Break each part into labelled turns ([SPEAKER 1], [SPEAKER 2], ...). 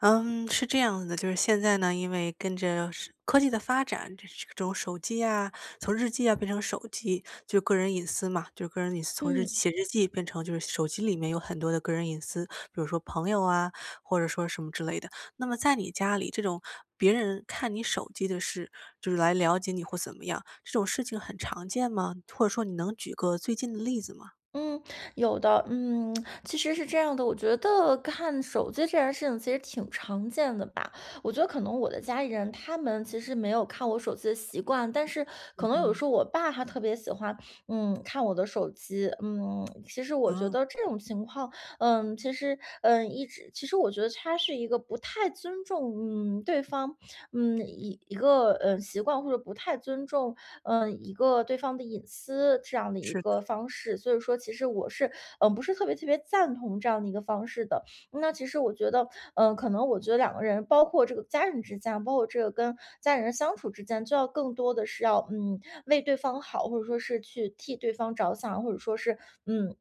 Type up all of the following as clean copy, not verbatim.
[SPEAKER 1] 嗯，是这样子的，就是现在呢，因为跟着是科技的发展，这种手机啊，从日记啊变成手机，就个人隐私嘛，就是个人隐私从日
[SPEAKER 2] 嗯
[SPEAKER 1] 写日记变成就是手机里面有很多的个人隐私，比如说朋友啊，或者说什么之类的。那么在你家里，这种别人看你手机的事，就是来了解你或怎么样，这种事情很常见吗？或者说你能举个最近的例子吗？
[SPEAKER 2] 嗯，有的。嗯，其实是这样的，我觉得看手机这件事情其实挺常见的吧。我觉得可能我的家里人他们其实没有看我手机的习惯，但是可
[SPEAKER 1] 嗯
[SPEAKER 2] 能有时
[SPEAKER 1] 嗯，
[SPEAKER 2] 候我爸他特别喜欢，看我的手机。嗯，其实我觉
[SPEAKER 1] 啊，
[SPEAKER 2] 得这种情况，嗯，其实，嗯，一直，其实我觉得他是一个不太尊重，对方，嗯，一一个，嗯，习惯或者不太尊重。一个对方的隐私这样的一
[SPEAKER 1] 是的，
[SPEAKER 2] 个方式。所以说其实我是，不是特别赞同这样的一个方式的。那其实我觉得，可能我觉得两个人，包括这个家人之间，包括这个跟家人相处之间，就要更多的是要，为对方好，或者说是去替对方着想，或者说是，嗯。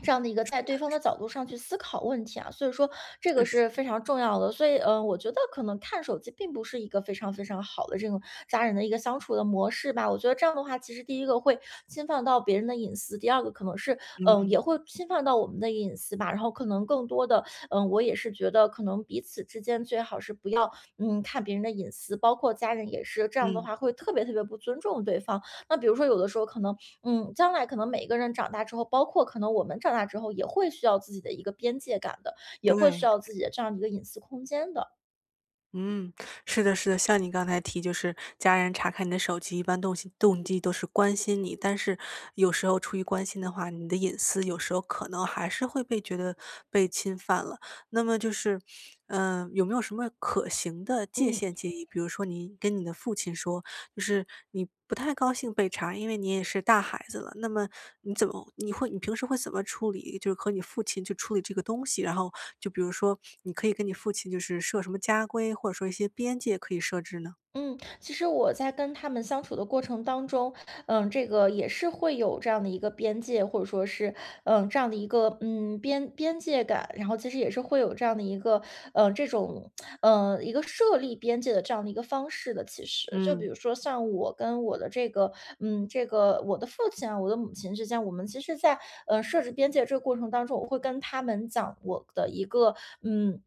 [SPEAKER 2] 这样的一个在对方的角度上去思考问题啊，所以说这个
[SPEAKER 1] 确实，
[SPEAKER 2] 是非常重要的。所以，我觉得可能看手机并不是一个非常非常好的这种家人的一个相处的模式吧。我觉得这样的话，其实第一个会侵犯到别人的隐私，第二个可能是，
[SPEAKER 1] 嗯
[SPEAKER 2] 也会侵犯到我们的隐私吧。然后可能更多的，我也是觉得可能彼此之间最好是不要，看别人的隐私，包括家人也是这样的
[SPEAKER 1] 嗯，
[SPEAKER 2] 话，会特别特别不尊重对方。那比如说有的时候可能将来可能每一个人长大之后，包括可能我们长大之后，也会需要自己的一个边界感的，也会需
[SPEAKER 1] 对。
[SPEAKER 2] 要自己的这样一个隐私空间的。
[SPEAKER 1] 嗯，是的，是的，像你刚才提，就是家人查看你的手机，一般动机都是关心你，但是有时候出于关心的话，你的隐私有时候可能还是会被觉得被侵犯了。那么就是，有没有什么可行的界
[SPEAKER 2] 嗯。
[SPEAKER 1] 限建议？比如说你跟你的父亲说，就是你不太高兴被查，因为你也是大孩子了，那么你平时会怎么处理？就是和你父亲去处理这个东西，然后就比如说你可以跟你父亲就是设什么家规，或者说一些边界可以设置呢？
[SPEAKER 2] 嗯，其实我在跟他们相处的过程当中，这个也是会有这样的一个边界，或者说是，这样的一个，边界感，然后其实也是会有这样的一个，嗯，这种，嗯，一个设立边界的这样的一个方式的。其实，就比
[SPEAKER 1] 嗯，
[SPEAKER 2] 如说像我跟我的这个，这个我的父亲啊，我的母亲之间，我们其实在，设置边界这个过程当中，我会跟他们讲我的一个，嗯。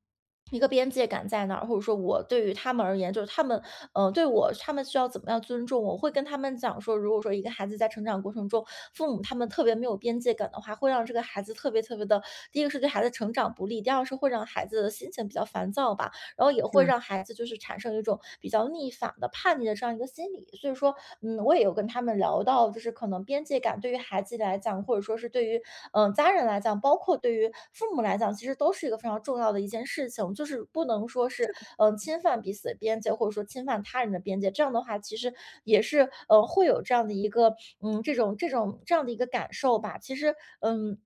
[SPEAKER 2] 一个边界感在哪儿，或者说我对于他们而言，就是他们对我他们需要怎么样尊重我。我会跟他们讲说，如果说一个孩子在成长过程中，父母他们特别没有边界感的话，会让这个孩子特别特别的，第一个是对孩子成长不利，第二是会让孩子的心情比较烦躁吧。然后也
[SPEAKER 1] 是，
[SPEAKER 2] 会让孩子就是产生一种比较逆反的叛逆的这样一个心理。所以说，我也有跟他们聊到，就是可能边界感对于孩子来讲，或者说是对于家人来讲，包括对于父母来讲，其实都是一个非常重要的一件事情，就是不能说是侵犯彼此的边界，或者说侵犯他人的边界。这样的话，其实也是会有这样的一个这种这样的一个感受吧。其实嗯。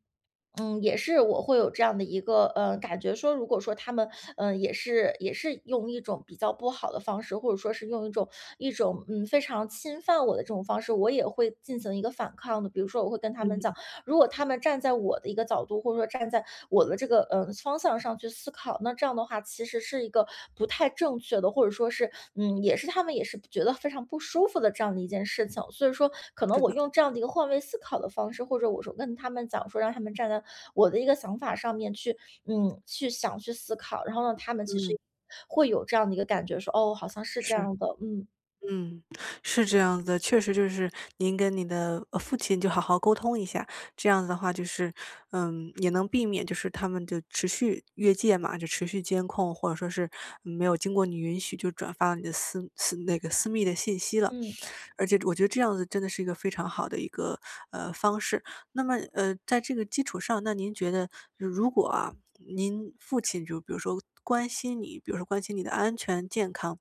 [SPEAKER 2] 也是我会有这样的一个，感觉说，如果说他们，也是用一种比较不好的方式，或者说是用一种，非常侵犯我的这种方式，我也会进行一个反抗的。比如说，我会跟他们讲，
[SPEAKER 1] 嗯，
[SPEAKER 2] 如果他们站在我的一个角度，或者说站在我的这个方向上去思考，那这样的话其实是一个不太正确的，或者说是也是他们也是觉得非常不舒服的这样的一件事情。所以说，可能
[SPEAKER 1] 是
[SPEAKER 2] 我
[SPEAKER 1] 的，
[SPEAKER 2] 用这样的一个换位思考的方式，或者我说跟他们讲说，让他们站在我的一个想法上面去，去想去思考，然后呢，他们其实
[SPEAKER 1] 嗯，
[SPEAKER 2] 会有这样的一个感觉，说哦，好像是这
[SPEAKER 1] 是。
[SPEAKER 2] 样的。嗯
[SPEAKER 1] 嗯，是这样子的，确实就是您跟你的父亲就好好沟通一下，这样子的话就是，也能避免就是他们就持续越界嘛，就持续监控或者说是没有经过你允许就转发了你的私私那个私密的信息了，
[SPEAKER 2] 嗯
[SPEAKER 1] 而且我觉得这样子真的是一个非常好的一个方式。那么，在这个基础上，那您觉得如果啊，您父亲就比如说关心你，比如说关心你的安全健康，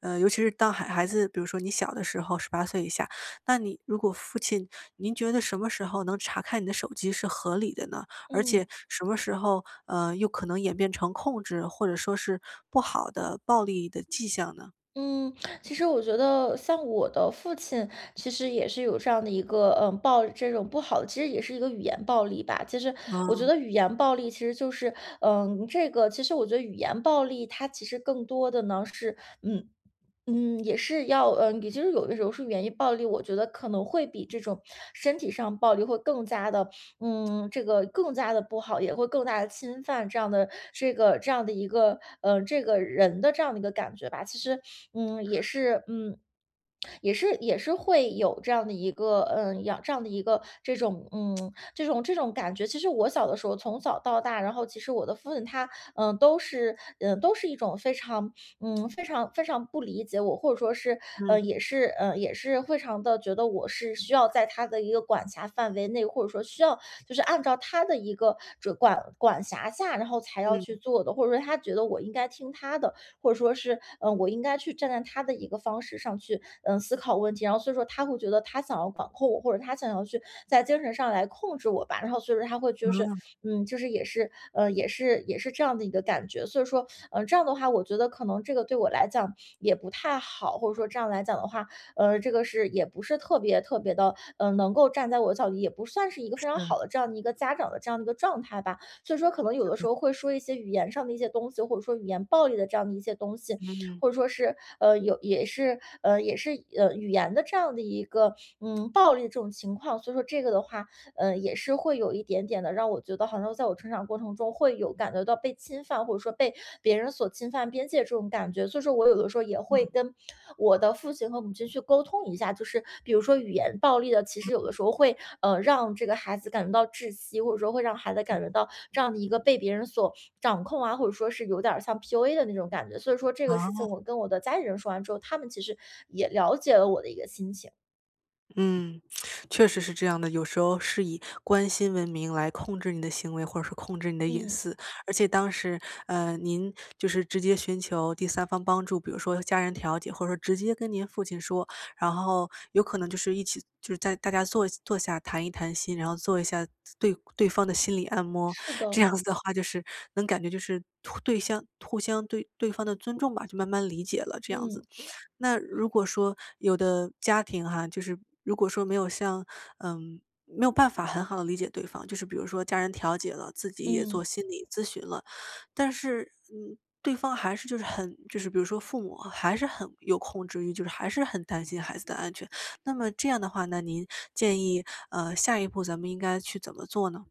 [SPEAKER 1] 尤其是当孩子，比如说你小的时候18岁以下，那你如果父亲，您觉得什么时候能查看你的手机是合理的呢？而
[SPEAKER 2] 嗯。
[SPEAKER 1] 且什么时候，又可能演变成控制或者说是不好的暴力的迹象呢？
[SPEAKER 2] 嗯，其实我觉得像我的父亲，其实也是有这样的一个，这种不好的，其实也是一个语言暴力吧。其实我觉
[SPEAKER 1] 嗯
[SPEAKER 2] 得语言暴力其实就是，这个其实我觉得语言暴力它其实更多的呢是，嗯。也是要也就是有的时候是言语暴力，我觉得可能会比这种身体上暴力会更加的，这个更加的不好，也会更大的侵犯这样的这样的一个这个人的这样的一个感觉吧。其实，嗯，也是嗯，也是会有这样的一个养这样的一个这种感觉。其实我小的时候从小到大，然后其实我的父亲他，都是都是一种非常非常非常不理解我，或者说是，
[SPEAKER 1] 嗯
[SPEAKER 2] 也是非常的觉得我是需要在他的一个管辖范围内，或者说需要就是按照他的一个这管辖下，然后才要去
[SPEAKER 1] 嗯，
[SPEAKER 2] 做的，或者说他觉得我应该听他的，或者说是，我应该去站在他的一个方式上去，思考问题。然后所以说他会觉得他想要管控我，或者他想要去在精神上来控制我吧。然后所以说他会就是，
[SPEAKER 1] 嗯，
[SPEAKER 2] 就是也是，也是这样的一个感觉。所以说，这样的话，我觉得可能这个对我来讲也不太好，或者说这样来讲的话，这个是也不是特别特别的，能够站在我的角度，也不算是一个非常好的
[SPEAKER 1] 是
[SPEAKER 2] 这样的一个家长的这样的一个状态吧。所以说可能有
[SPEAKER 1] 是
[SPEAKER 2] 的时
[SPEAKER 1] 的，
[SPEAKER 2] 候会说一些语言上的一些东西，或者说语言暴力的这样的一些东西，
[SPEAKER 1] 嗯
[SPEAKER 2] 或者说是呃有也是呃也是呃语言的这样的一个暴力的这种情况。所以说这个的话，也是会有一点点的让我觉得好像在我成长过程中会有感觉到被侵犯，或者说被别人所侵犯边界这种感觉。所以说我有的时候也
[SPEAKER 1] 嗯，
[SPEAKER 2] 会跟我的父亲和母亲去沟通一下，就是比如说语言暴力的，其实有的时候会让这个孩子感觉到窒息，或者说会让孩子感觉到这样的一个被别人所掌控啊，或者说是有点儿像 PUA 的那种感觉。所以说这个事情
[SPEAKER 1] 啊。
[SPEAKER 2] 我跟我的家里人说完之后，他们其实也了解了我的一个心情。
[SPEAKER 1] 嗯，确实是这样的。有时候是以关心为名来控制你的行为，或者是控制你的隐
[SPEAKER 2] 嗯，
[SPEAKER 1] 私。而且当时，您就是直接寻求第三方帮助，比如说家人调解，或者说直接跟您父亲说，然后有可能就是一起，就是在大家坐下谈一谈心，然后做一下对方的心理按摩。
[SPEAKER 2] 是
[SPEAKER 1] 这
[SPEAKER 2] 的。
[SPEAKER 1] 样子的话，就是能感觉就是互对相互相对对方的尊重吧，就慢慢理解了这样子。
[SPEAKER 2] 嗯
[SPEAKER 1] 那如果说有的家庭哈，就是如果说没有像没有办法很好的理解对方，就是比如说家人调解了，自己也做
[SPEAKER 2] 嗯。
[SPEAKER 1] 心理咨询了，但是，对方还是就是比如说父母还是很有控制欲，就是还是很担心孩子的安全。那么这样的话呢，您建议，下一步咱们应该去怎么做呢？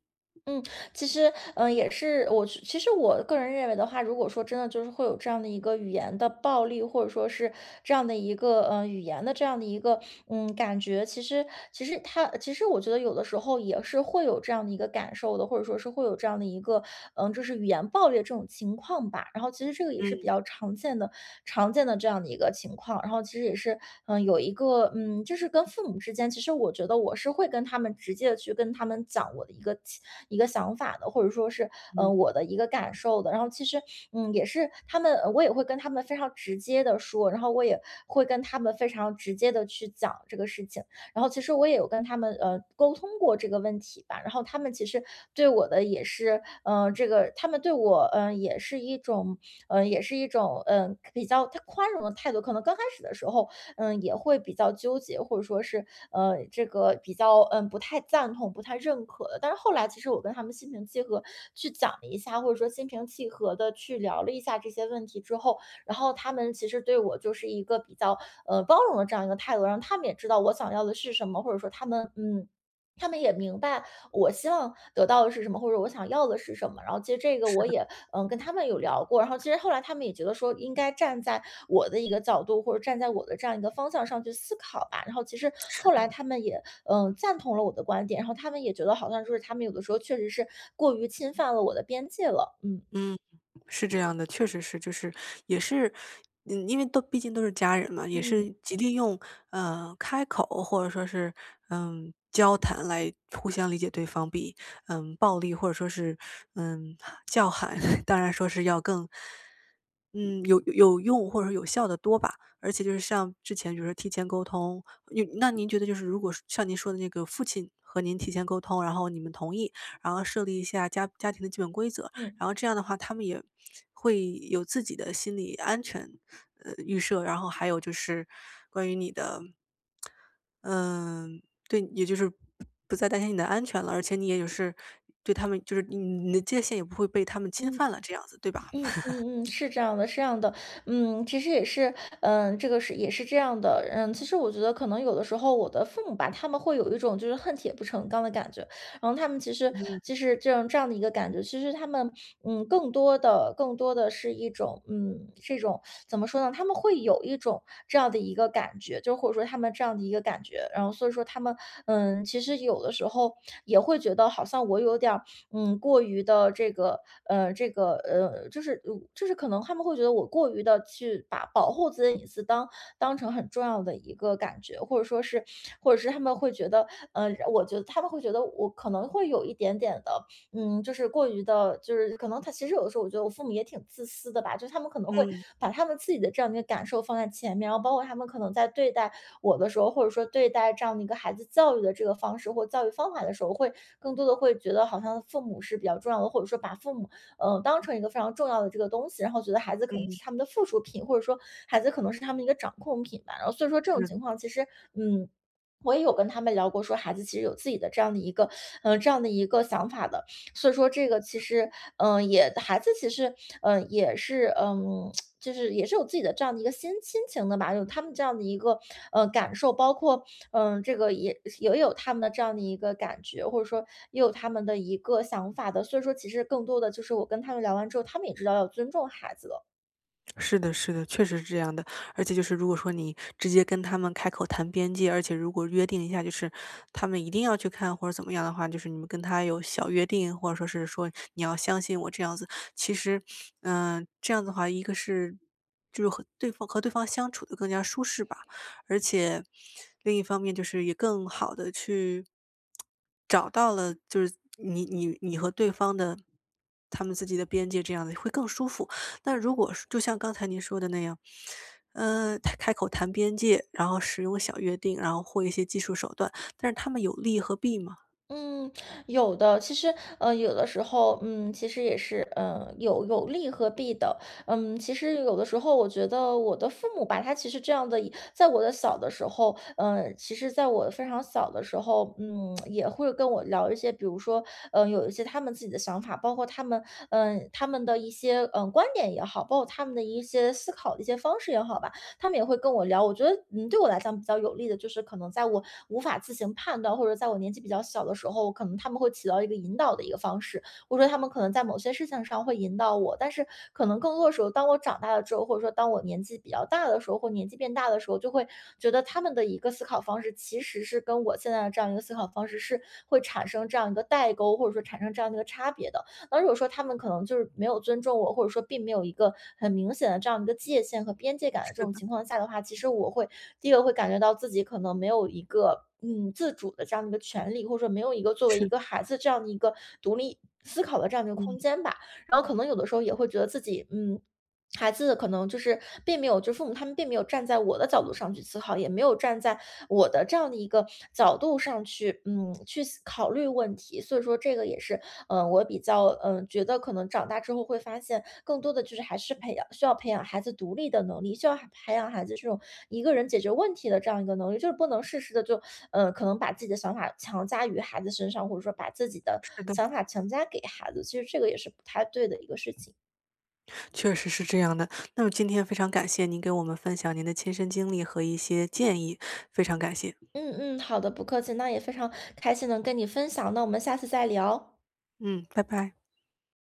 [SPEAKER 2] 嗯，其实，嗯，也是我是其实我个人认为的话，如果说真的就是会有这样的一个语言的暴力，或者说是这样的一个，语言的这样的一个，感觉。其实他，其实我觉得有的时候也是会有这样的一个感受的，或者说是会有这样的一个，这就是语言暴力的这种情况吧。然后其实这个也是比
[SPEAKER 1] 嗯
[SPEAKER 2] 较常见的常见的这样的一个情况。然后其实也是，有一个，就是跟父母之间，其实我觉得我是会跟他们直接的去跟他们讲我的一个一个想法的，或者说是，
[SPEAKER 1] 嗯，
[SPEAKER 2] 我的一个感受的。然后其实，也是他们我也会跟他们非常直接的说，然后我也会跟他们非常直接的去讲这个事情。然后其实我也有跟他们，沟通过这个问题吧，然后他们其实对我的也是，这个他们对我，也是一种也是一种，比较他宽容的态度。可能刚开始的时候，也会比较纠结，或者说是，这个比较，不太赞同、不太认可的。但是后来其实我跟他们心平气和去讲了一下，或者说心平气和的去聊了一下这些问题之后，然后他们其实对我就是一个比较，包容的这样一个态度，让他们也知道我想要的是什么，或者说他们他们也明白我希望得到的是什么，或者我想要的是什么。然后其实这个
[SPEAKER 1] 是。
[SPEAKER 2] 我也，跟他们有聊过，然后其实后来他们也觉得说应该站在我的一个角度，或者站在我的这样一个方向上去思考吧。然后其实后来他们也，赞同了我的观点，然后他们也觉得好像就是他们有的时候确实是过于侵犯了我的边界了。嗯
[SPEAKER 1] 嗯，是这样的，确实是，就是也是，因为都毕竟都是家人嘛，也
[SPEAKER 2] 嗯
[SPEAKER 1] 是极力用开口或者说是交谈来互相理解对方比，暴力或者说是嗯叫喊，当然说是要更嗯有用或者说有效的多吧。而且就是像之前，比如说提前沟通，您觉得就是如果是像您说的那个父亲和您提前沟通，然后你们同意，然后设立一下家庭的基本规则，然后
[SPEAKER 2] 嗯
[SPEAKER 1] 这样的话，他们也会有自己的心理安全，预设。然后还有就是关于你的，嗯，对，也就是不再担心你的安全了，而且你也就是对他们，就是你的界限也不会被他们侵
[SPEAKER 2] 嗯。
[SPEAKER 1] 犯了，这样子，对吧？
[SPEAKER 2] 嗯嗯嗯，是这样的，是这样的，其实也是，这个是也是这样的，其实我觉得可能有的时候我的父母吧，他们会有一种就是恨铁不成钢的感觉，然后他们其实
[SPEAKER 1] 嗯
[SPEAKER 2] 这样的一个感觉，其实他们更多的是一种这种怎么说呢？他们会有一种这样的一个感觉，就或者说他们这样的一个感觉，然后所以说他们其实有的时候也会觉得好像我有点儿。过于的这个这个就是可能他们会觉得我过于的去把保护自己的隐私当成很重要的一个感觉，或者说是或者是他们会觉得，我觉得他们会觉得我可能会有一点点的。就是过于的，就是可能他其实有的时候我觉得我父母也挺自私的吧，就是他们可能会
[SPEAKER 1] 嗯
[SPEAKER 2] 把他们自己的这样的一个感受放在前面，然后包括他们可能在对待我的时候，或者说对待这样的一个孩子教育的这个方式或教育方法的时候，会更多的会觉得好像父母是比较重要的，或者说把父母，当成一个非常重要的这个东西，然后觉得孩子可能
[SPEAKER 1] 嗯，
[SPEAKER 2] 是他们的附属品，或者说孩子可能是他们一个掌控品吧。然后所以说这种
[SPEAKER 1] 是。
[SPEAKER 2] 情况其实，嗯，我也有跟他们聊过，说孩子其实有自己的这样的一个这样的一个想法的。所以说这个其实，也孩子其实，也是，就是也是有自己的这样的一个心情的吧，有他们这样的一个感受，包括这个也也有他们的这样的一个感觉，或者说也有他们的一个想法的。所以说，其实更多的就是我跟他们聊完之后，他们也知道要尊重孩子了。
[SPEAKER 1] 是的，是的，确实是这样的。而且就是如果说你直接跟他们开口谈边界，而且如果约定一下，就是他们一定要去看或者怎么样的话，就是你们跟他有小约定，或者说是说你要相信我这样子。其实，这样子的话，一个是就是和对方相处的更加舒适吧，而且另一方面就是也更好的去找到了就是你和对方的他们自己的边界，这样子会更舒服。但如果是就像刚才您说的那样，他开口谈边界，然后使用小约定，然后或一些技术手段，但是他们有利和弊吗？
[SPEAKER 2] 嗯，有的，其实，有的时候，其实也是，有利和弊的，其实有的时候，我觉得我的父母吧，他其实这样的，在我的小的时候，其实在我非常小的时候，也会跟我聊一些，比如说，有一些他们自己的想法，包括他们，他们的一些，观点也好，包括他们的一些思考的一些方式也好吧，他们也会跟我聊。我觉得，对我来讲比较有利的就是，可能在我无法自行判断，或者在我年纪比较小的时候，可能他们会起到一个引导的一个方式，或者说他们可能在某些事情上会引导我。但是可能更多的时候，当我长大了之后，或者说当我年纪比较大的时候，或年纪变大的时候，就会觉得他们的一个思考方式其实是跟我现在的这样一个思考方式是会产生这样一个代沟，或者说产生这样的一个差别的。那如果说他们可能就是没有尊重我，或者说并没有一个很明显的这样一个界限和边界感的这
[SPEAKER 1] 是
[SPEAKER 2] 种
[SPEAKER 1] 的，
[SPEAKER 2] 情况下的话，其实我会第一个会感觉到自己可能没有一个自主的这样的一个权利，或者说没有一个作为一
[SPEAKER 1] 是的
[SPEAKER 2] 个孩子这样的一个独立思考的这样的一个空
[SPEAKER 1] 嗯，
[SPEAKER 2] 间吧。然后可能有的时候也会觉得自己嗯。孩子可能就是并没有，就父母他们并没有站在我的角度上去思考，也没有站在我的这样的一个角度上去，去思考虑问题。所以说，这个也是我比较觉得可能长大之后会发现，更多的就是还是培养需要培养孩子独立的能力，需要还培养孩子这种一个人解决问题的这样一个能力，就是不能事事的就可能把自己的想法强加于孩子身上，或者说把自己的
[SPEAKER 1] 是的，
[SPEAKER 2] 想法强加给孩子，其实这个也是不太对的一个事情。
[SPEAKER 1] 确实是这样的。那么今天非常感谢您给我们分享您的亲身经历和一些建议，非常感谢。
[SPEAKER 2] 嗯嗯，好的，不客气，那也非常开心能跟你分享，那我们下次再聊。
[SPEAKER 1] 嗯，拜拜。